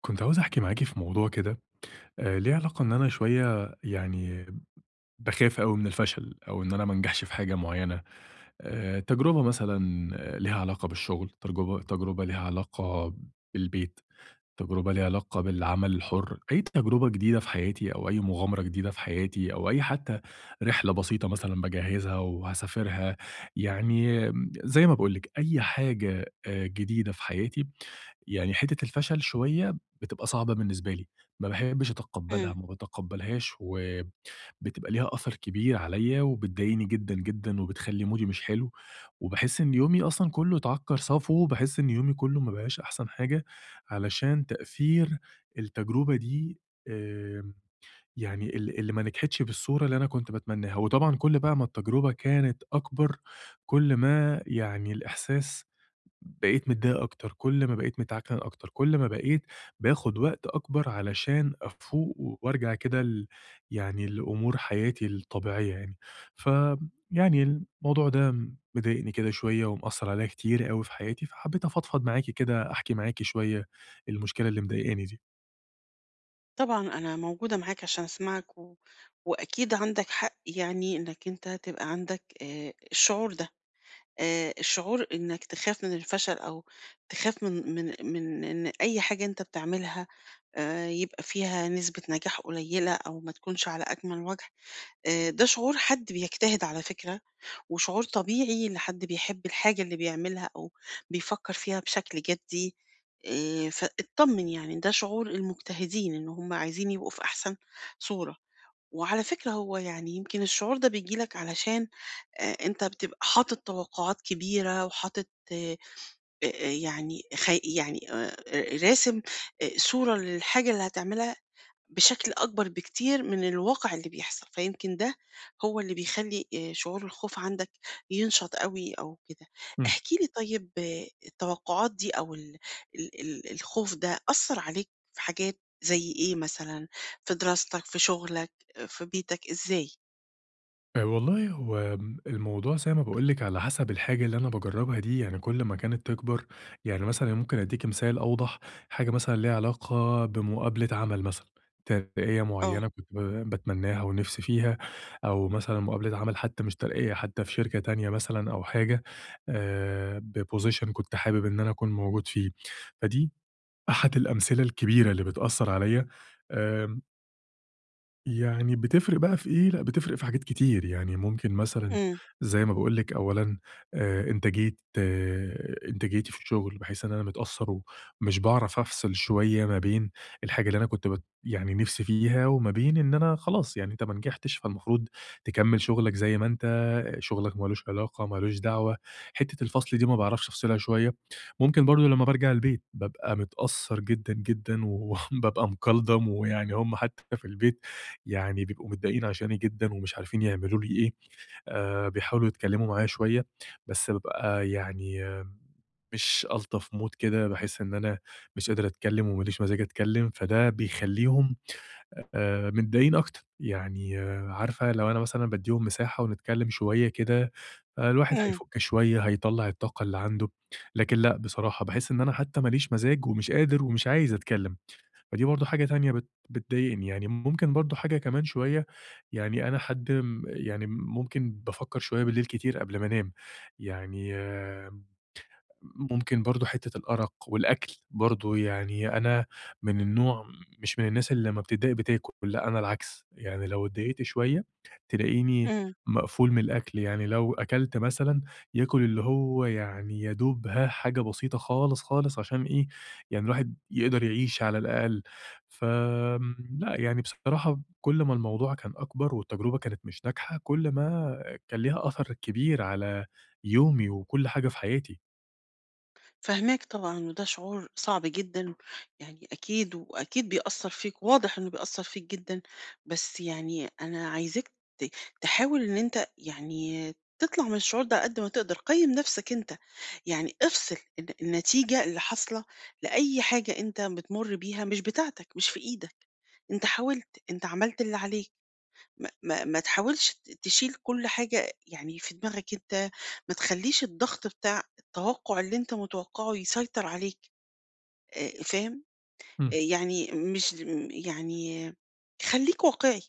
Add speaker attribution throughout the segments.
Speaker 1: كنت عاوز أحكي معاكِ في موضوع كده، ليه علاقة إن أنا شوية يعني باخاف أوي من الفشل، أو إن أنا ما أنجحش في حاجة معيّنة، تجربة مثلًا ليها علاقة بالشغل، تجربة ليها علاقة بالبيت. تجربة ليها علاقة بالعمل الحُر، أي تجربة جديدة في حياتي أو أي مغامرة جديدة في حياتي أو أي حتى رحلة بسيطة مثلًا باجهّزها وهاسافرها، يعني زي ما باقول لِك أي حاجة جديدة في حياتي، يعني حتّة الفشل شوية بتبقى صعبة بالنسبة لي، ما باحبّش أتقبّلها،
Speaker 2: إمم،
Speaker 1: ما باتقبّلهاش وبتبقى ليها أثر كبير عليّا وبتضايقني جدًا، جدًا وبتخلّي مودي مش حلو وباحس إن يومي أصلًا كُلّه اتعكّر صفو، باحس إن يومي كُلّه ما بقاش أحسن حاجة علشان تأثير التجربة دي آمم، يعني اللي ما نجحتش بالصورة اللي أنا كنت باتمناها، وطبعًا كل بقى ما التجربة كانت أكبر، كل ما يعني الإحساس بقيت متضايق أكتر، كل ما بقيت متعكنن أكتر، كل ما بقيت باخد وقت أكبر علشان أفوق وأرجع كده يعني لأمور حياتي الطبيعية يعني. ف يعني الموضوع ده مضايقني كده شوية ومأثّر عليّا كتير أوي في حياتي، فحبيت أفضفض معاكِ كده، أحكي معاكِ شوية المشكلة اللي مضايقاني دي.
Speaker 2: طبعًا أنا موجودة معاك عشان أسمعك و وأكيد عندك حق، يعني إنك أنت تبقى عندك الشعور ده. الشعور إنك تخاف من الفشل، أو تخاف من إن أي حاجة أنت بتعملها يبقى فيها نسبة نجاح قليلة أو ما تكونش على أكمل وجه. ده شعور حد بيجتهد على فكرة، وشعور طبيعي لحد بيحب الحاجة اللي بيعملها أو بيفكّر فيها بشكل جدّي. فاتطمّن، يعني ده شعور المجتهدين إن هم عايزين يبقوا في أحسن صورة. وعلى فكرة، هو يعني يمكن الشعور ده بييجي لك علشان أنت بتبقى حاطط توقعات كبيرة، وحاطط آآ يعني يعني راسم صورة للحاجة اللي هتعملها بشكل أكبر بكتير من الواقع اللي بيحصل، فيمكن ده هو اللي بيخلّي شعور الخوف عندك ينشط أوي أو كده. احكِ لي طيب، آه، التوقعات دي أو ال ال ال الخوف ده أثّر عليك في حاجات زي إيه مثلًا؟ في دراستك، في شغلك، آه، في بيتك، إزاي؟
Speaker 1: والله هو الموضوع زي ما باقول لِك على حسب الحاجة اللي أنا باجرّبها دي، يعني كل ما كانت تكبر، يعني مثلًا ممكن أدّيكِ مثال أوضح، حاجة مثلًا ليها علاقة بمقابلة عمل مثلًا، ترقية
Speaker 2: آه.
Speaker 1: معيّنة كنت باتمناها ونِفْسي فيها، أو مثلًا مقابلة عمل حتى مش ترقية، حتى في شركة تانية مثلًا أو حاجة بposition كنت حابب إن أنا أكون موجود فيه، فدي أحد الأمثلة الكبيرة اللي بتأثّر عليَّ آمم يعني بتفرق بقى في إيه، لأ بتفرق في حاجات كتير، يعني ممكن مثلًا
Speaker 2: إمم.
Speaker 1: زي ما باقول لِك أولًا إنتاجية إنتاجيتي في الشغل، بحيث إن أنا متأثّر ومش باعرف أفصل شوية ما بين الحاجة اللي أنا كنت يعني نِفْسي فيها وما بين إن أنا خلاص يعني أنت ما نجحتش فالمفروض تكمّل شغلك زي ما أنت، شغلك ما لوش علاقة، ما لوش دعوة، حتّة الفصل دي ما باعرفش أفصلها شوية. ممكن برضه لمّا بارجع البيت بابقى متأثّر جدًا، جدًا وبابقى مكلضم ويعني هم حتّى في البيت يعني بيبقوا متضايقين عشاني جدًا ومش عارفين يعملوا لي إيه، بيحاولوا يتكلموا معايا شوية، بس بابقى يعني مش ألطف mood كده، باحس إن أنا مش قادر أتكلم وما ليش مزاج أتكلم، فده بيخلّيهم متضايقين أكتر، يعني عارفة لو أنا مثلًا بادّيهم مساحة ونتكلم شوية كده، الواحد
Speaker 2: إمم.
Speaker 1: هيفُك شوية، هيطلّع الطاقة اللي عنده، لكن لأ، بصراحة باحس إن أنا حتى ما ليش مزاج ومش قادر ومش عايز أتكلم. فدي برضه حاجة تانية بتضايقني، يعني ممكن برضه حاجة كمان شوية، يعني أنا حد م يعني ممكن بافكّر شوية بالليل كتير قبل ما أنام، يعني ممكن برضه حتّة الأرق والأكل برضه، يعني أنا من النوع مش من الناس اللي لمّا بتتضايق بتاكل، لأ أنا العكس، يعني لو اتضايقت شوية تلاقيني
Speaker 2: إمم.
Speaker 1: مقفول من الأكل، يعني لو أكلت مثلًا ياكل اللي هو يعني يا دوب ها حاجة بسيطة خالص، خالص عشان إيه، يعني الواحد يقدر يعيش على الأقل. لأ يعني بصراحة كل ما الموضوع كان أكبر والتجربة كانت مش ناجحة، كل ما كان ليها أثر كبير على يومي وكل حاجة في حياتي.
Speaker 2: فاهماك طبعًا، وده شعور صعب جدًا، يعني أكيد وأكيد بيأثّر فيك، واضح إنه بيأثّر فيك جدًا. بس يعني أنا عايزاك ت تحاول إن أنت يعني تطلع من الشعور ده على قد ما تقدر. قيّم نفسك أنت، يعني افصل النتيجة اللي حاصلة لأي حاجة أنت بتمُر بيها، مش بتاعتك، مش في إيدك، أنت حاولت، أنت عملت اللي عليك. ما تحاولش تشيل كل حاجة يعني في دماغك أنت، ما تخلّيش الضغط بتاع التوقُّع اللي أنت متوقّعه يسيطر عليك. فاهم؟
Speaker 1: إمم.
Speaker 2: يعني مش يعني آه، خلّيك واقعي.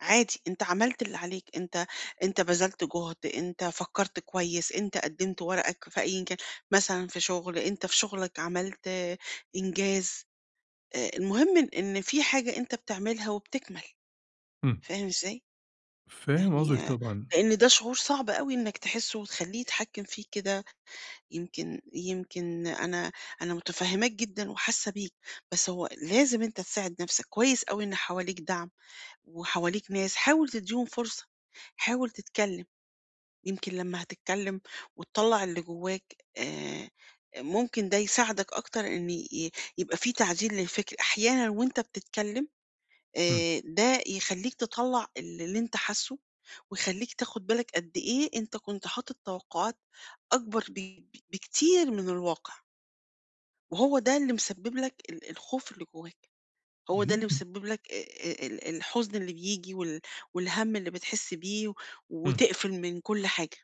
Speaker 2: عادي، أنت عملت اللي عليك، أنت بذلت جهد، أنت فكّرت كويس، أنت قدّمت ورقك في أيًا كان، مثلًا في شغل، أنت في شغلك عملت، آه، إنجاز. المهم إن في حاجة أنت بتعملها وبتكمل،
Speaker 1: إمم،
Speaker 2: فاهم إزاي؟
Speaker 1: فاهم
Speaker 2: يعني
Speaker 1: قصدِك طبعًا،
Speaker 2: لإن ده شعور صعب أوي إنك تحسه وتخلّيه يتحكّم فيك كده. يمكن أنا متفهّماك جدًا وحاسة بيك. بس هو لازم أنت تساعد نَفْسك، كويس أوي إن حواليك دعم وحواليك ناس، حاول تدّيهم فرصة، حاول تتكلّم. يمكن لمّا هتتكلّم وتطلّع اللي جواك ممكن ده يساعدك أكتر إن يبقى في تعديل للفكر. أحيانًا وأنت بتتكلّم
Speaker 1: إمم،
Speaker 2: ده يخلّيك تطلّع اللي أنت حاسّه، ويخلّيك تاخُد بالك قد إيه أنت كنت حاطط توقعات أكبر ب ب بكتير من الواقع، وهو ده اللي مسبّب لك الخوف اللي جواك، هو ده اللي
Speaker 1: ممكن
Speaker 2: مسبّب لك ال الحزن اللي بييجي والهَم اللي بتحس بيه
Speaker 1: إمم،
Speaker 2: وتقفل من كل حاجة،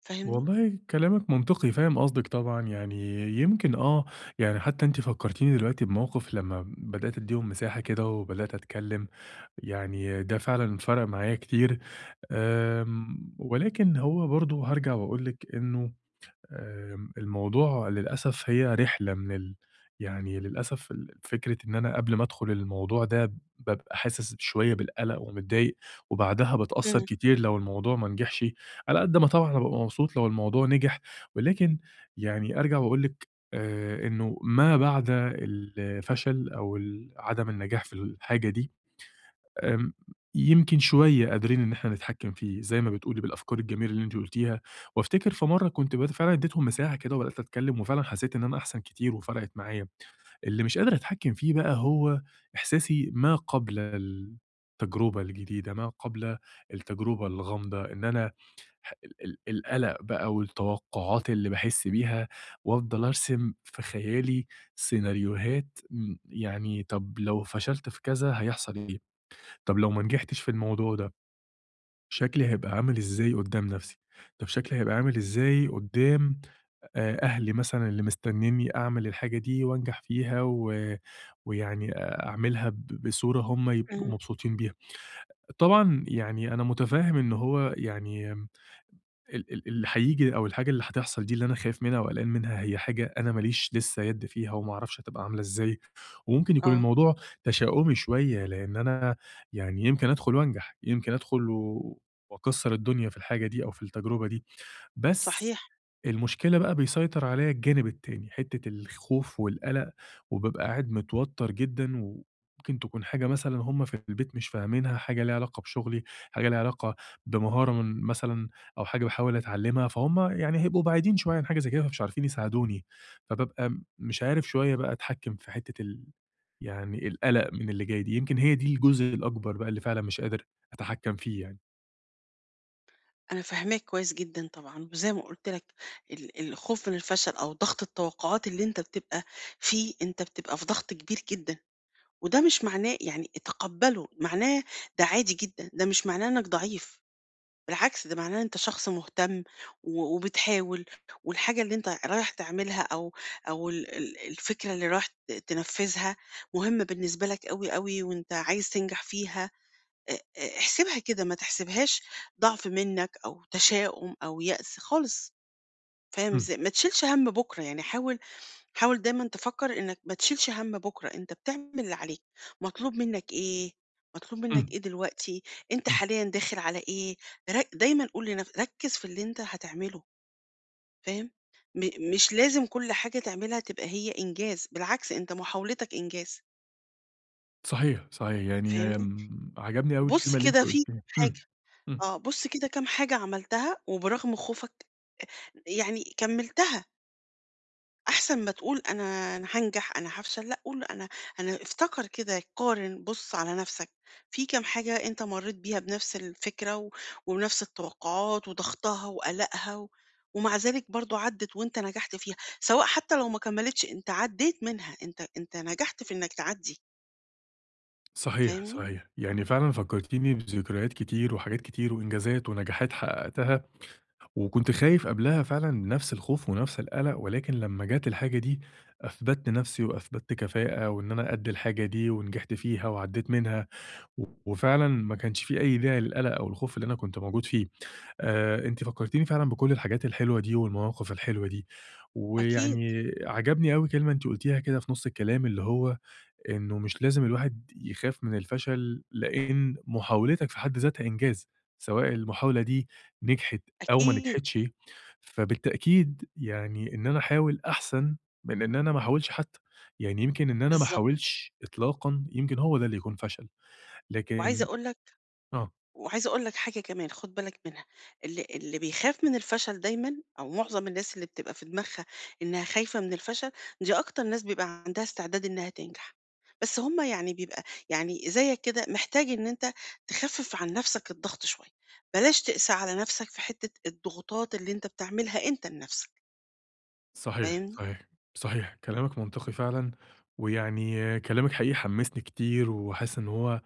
Speaker 2: فاهمني؟
Speaker 1: والله كلامِك منطقي، فاهم قصدِك طبعًا، يعني يمكن آه، يعني حتى أنتِ فكّرتيني دلوقتي بموقف لمّا بدأت أدّيهم مساحة كده وبدأت أتكلّم، يعني ده فعلًا فرَق معايا كتير، ولكن هو برضه هارجع وأقول لِك إنه الموضوع للأسف هي رحلة من يعني للأسف فكرة إن أنا قبل ما أدخل الموضوع ده بابقى حاسس شوية بالقلق ومتضايق، وبعدها باتأثّر
Speaker 2: إمم.
Speaker 1: كتير لو الموضوع ما نجحش، على قد ما طبعًا بابقى مبسوط لو الموضوع نجح، ولكن يعني أرجع وأقول لِك إنه ما بعد الفشل أو عدم النجاح في الحاجة دي آمم، يمكن شوية قادرين إن إحنا نتحكّم فيه، زي ما بتقولي بالأفكار الجميلة اللي أنتِ قُلتيها، وأفتكر في مرّة كنت فعلًا ادّيتهم مساحة كده وبدأت أتكلّم وفعلًا حسّيت إن أنا أحسن كتير وفرقِت معايا، اللي مش قادر أتحكّم فيه بقى هو إحساسي ما قبل التجربة الجديدة، ما قبل التجربة الغامضة، إن أنا ح ال ال القلق بقى والتوقُّعات اللي باحس بيها وأفضل أرسم في خيالي سيناريوهات يعني طَب لو فشلت في كذا هيحصل إيه؟ طب لو ما نجحتش في الموضوع ده، شكلي هيبقى عامل إزاي قدّام نفسي؟ طب شكلي هيبقى عامل إزاي قدّام أهلي مثلًا اللي مستنينّي أعمل الحاجة دي وأنجح فيها ويعني أعملها بصورة هم يبقوا
Speaker 2: إمم.
Speaker 1: مبسوطين بيها. طبعًا يعني أنا مُتفهِّم إن هو يعني ال ال اللي هييجي أو الحاجة اللي هتحصل دي اللي أنا خايف منها وقلقان منها هي حاجة أنا ما ليش لسه يد فيها وما أعرفش هتبقى عاملة إزاي، وممكن يكون
Speaker 2: آه.
Speaker 1: الموضوع تشاؤمي شوية لإن أنا يعني يمكن أدخل وأنجح، يمكن أدخل وأكسّر الدنيا في الحاجة دي أو في التجربة دي، بس
Speaker 2: صحيح.
Speaker 1: المشكلة بقى بيسيطر عليّا الجانب التاني، حتّة الخوف والقلق، وبابقى قاعد متوتر جدًا، وممكن تكون حاجة مثلًا هُم في البيت مش فاهمينها، حاجة ليها علاقة بشغلي، حاجة ليها علاقة بمهارة من مثلًا أو حاجة باحاول أتعلمها، فهُم يعني هيبقوا بعيدين شوية عن حاجة زي كده، فمش عارفين يساعدوني، فبابقى مش عارف شوية بقى أتحكم في حتّة يعني القلق من اللي جاي دي، يمكن هي دي الجزء الأكبر بقى اللي فعلًا مش قادر أتحكم فيه يعني.
Speaker 2: أنا فاهماك كويس جدًا طبعًا. وزي ما قُلت لك، الخوف من الفشل أو ضغط التوقعات اللي أنت بتبقى فيه، أنت بتبقى في ضغط كبير جدًا. وده مش معناه يعني تقبّله، معناه ده عادي جدًا، ده مش معناه إنك ضعيف، بالعكس ده معناه أنت شخص مهتم وبتحاول، والحاجة اللي أنت رايح تعملها، أو ال ال الفكرة اللي رايح تنفّذها مهمة بالنسبة لك أوي، أوي، وأنت عايز تنجح فيها. احسبها كده، ما تحسبهاش ضعف منّك أو تشاؤم أو يأس خالص، فاهم
Speaker 1: إمم،
Speaker 2: إزاي؟ ما تشيلش هَم بُكرة، يعني حاول حاول دايمًا تفكّر إنّك ما تشيلش هَم بُكرة، أنت بتعمل اللي عليك. مطلوب منّك إيه، مطلوب منّك
Speaker 1: إمم،
Speaker 2: إيه دلوقتي، أنت
Speaker 1: إمم.
Speaker 2: حاليًا داخل على إيه، رك دايمًا قُل لنف ركّز في اللي أنت هتعمله، فاهم؟ مش لازم كل حاجة تعملها تبقى هي إنجاز، بالعكس أنت محاولتك إنجاز،
Speaker 1: صحيح، صحيح. يعني
Speaker 2: فاهمني؟
Speaker 1: عجبني أوي
Speaker 2: بُص
Speaker 1: الكلمة اللي أنتِ
Speaker 2: كده في
Speaker 1: قُلتيها.
Speaker 2: كام حاجة،
Speaker 1: إمم، إمم.
Speaker 2: آه، بُص كده كام حاجة عملتها وبرغم خوفك يعني كمّلتها. أحسن ما تقول أنا هانجح، أنا هافشل، لأ قُل أنا افتكر كده، قارن، بُص على نَفْسك، في كام حاجة أنت مرّيت بيها بنَفْس الفكرة ونَفْس التوقعات وضغطها وقلقها ومع ذلك برضه عدِّت وأنت نجحت فيها، سواء حتى لو ما كمّلتش أنت عدّيت منها، أنت نجحت في إنّك تعدّي،
Speaker 1: صحيح،
Speaker 2: فاهمني؟
Speaker 1: صحيح. يعني فعلًا فكّرتيني بذكريات كتير وحاجات كتير وإنجازات ونجاحات حقّقتها، وكنت خايف قبلها فعلًا نفس الخوف ونفس القَلَق، ولكن لمّا جات الحاجة دي أثبتت نفسي وأثبتت كفاءة وإن أنا قد الحاجة دي ونجحت فيها وعدّيت منها، وفعلًا ما كانش في أي داعي للقَلَق أو الخوف اللي أنا كنت موجود فيه. أنتِ فكّرتيني فعلًا بكل الحاجات الحلوة دي والمواقف الحلوة دي،
Speaker 2: أكيد،
Speaker 1: ويعني عجبني أوي كلمة أنتِ قُلتيها كده في نُص الكلام، اللي هو إنه مش لازم الواحد يخاف من الفشل، لإن محاولتك في حد ذاتها إنجاز، سواء المحاولة دي نجحت أو ما
Speaker 2: أكيد،
Speaker 1: نجحتش، فبالتأكيد يعني إن أنا أحاول أحسن من إن أنا ما أحاولش حتى، يعني يمكن إن أنا ما
Speaker 2: بالضبط.
Speaker 1: أحاولش إطلاقًا، يمكن هو ده اللي يكون فشل،
Speaker 2: وعايزة
Speaker 1: لكن
Speaker 2: أقول لك
Speaker 1: آه.
Speaker 2: وعايزة أقول لك حاجة كمان خُد بالك منها. اللي بيخاف من الفشل دايمًا، أو معظم الناس اللي بتبقى في دماغها إنها خايفة من الفشل، دي أكتر ناس بيبقى عندها استعداد إنها تنجح، بس هم يعني بيبقى، يعني زيك كده محتاج إن أنت تخفِّف عن نَفْسك الضغط شوية، بلاش تقسى على نَفْسك في حتّة الضغوطات اللي أنت بتعملها أنت لنَفْسك،
Speaker 1: صحيح،
Speaker 2: فاهمني؟
Speaker 1: صحيح، صحيح، كلامك منطقي فعلًا، ويعني كلامك حقيقي حمّسني كتير، وحاسس إن هو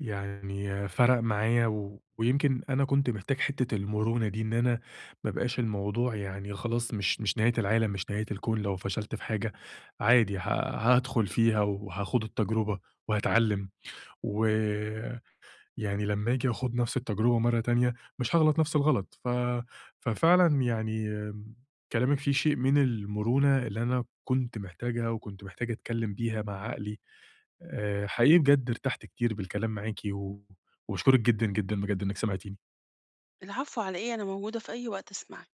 Speaker 1: يعني فرق معايا، ويمكن أنا كنت محتاج حتّة المرونة دي، إن أنا ما يبقاش الموضوع يعني خلاص مش نهاية العالم، مش نهاية الكون لو فشلت في حاجة، عادي هادخل فيها وهاخوض التجربة وهاتعلم و يعني لمّا آجي آخُد نفس التجربة مرّة تانية، مش هاغلط نفس الغلط، ف ففعلًا يعني كلامِك فيه شيء من المرونة اللي أنا كنت محتاجها وكنت محتاج أتكلّم بيها مع عقلي، حقيقي بجد ارتحت كتير بالكلام معاكِ وباشكرِك جدًا، جدًا بجد إنِّك سمعتيني.
Speaker 2: العفو على إيه، أنا موجودة في أي وقت أسمعك.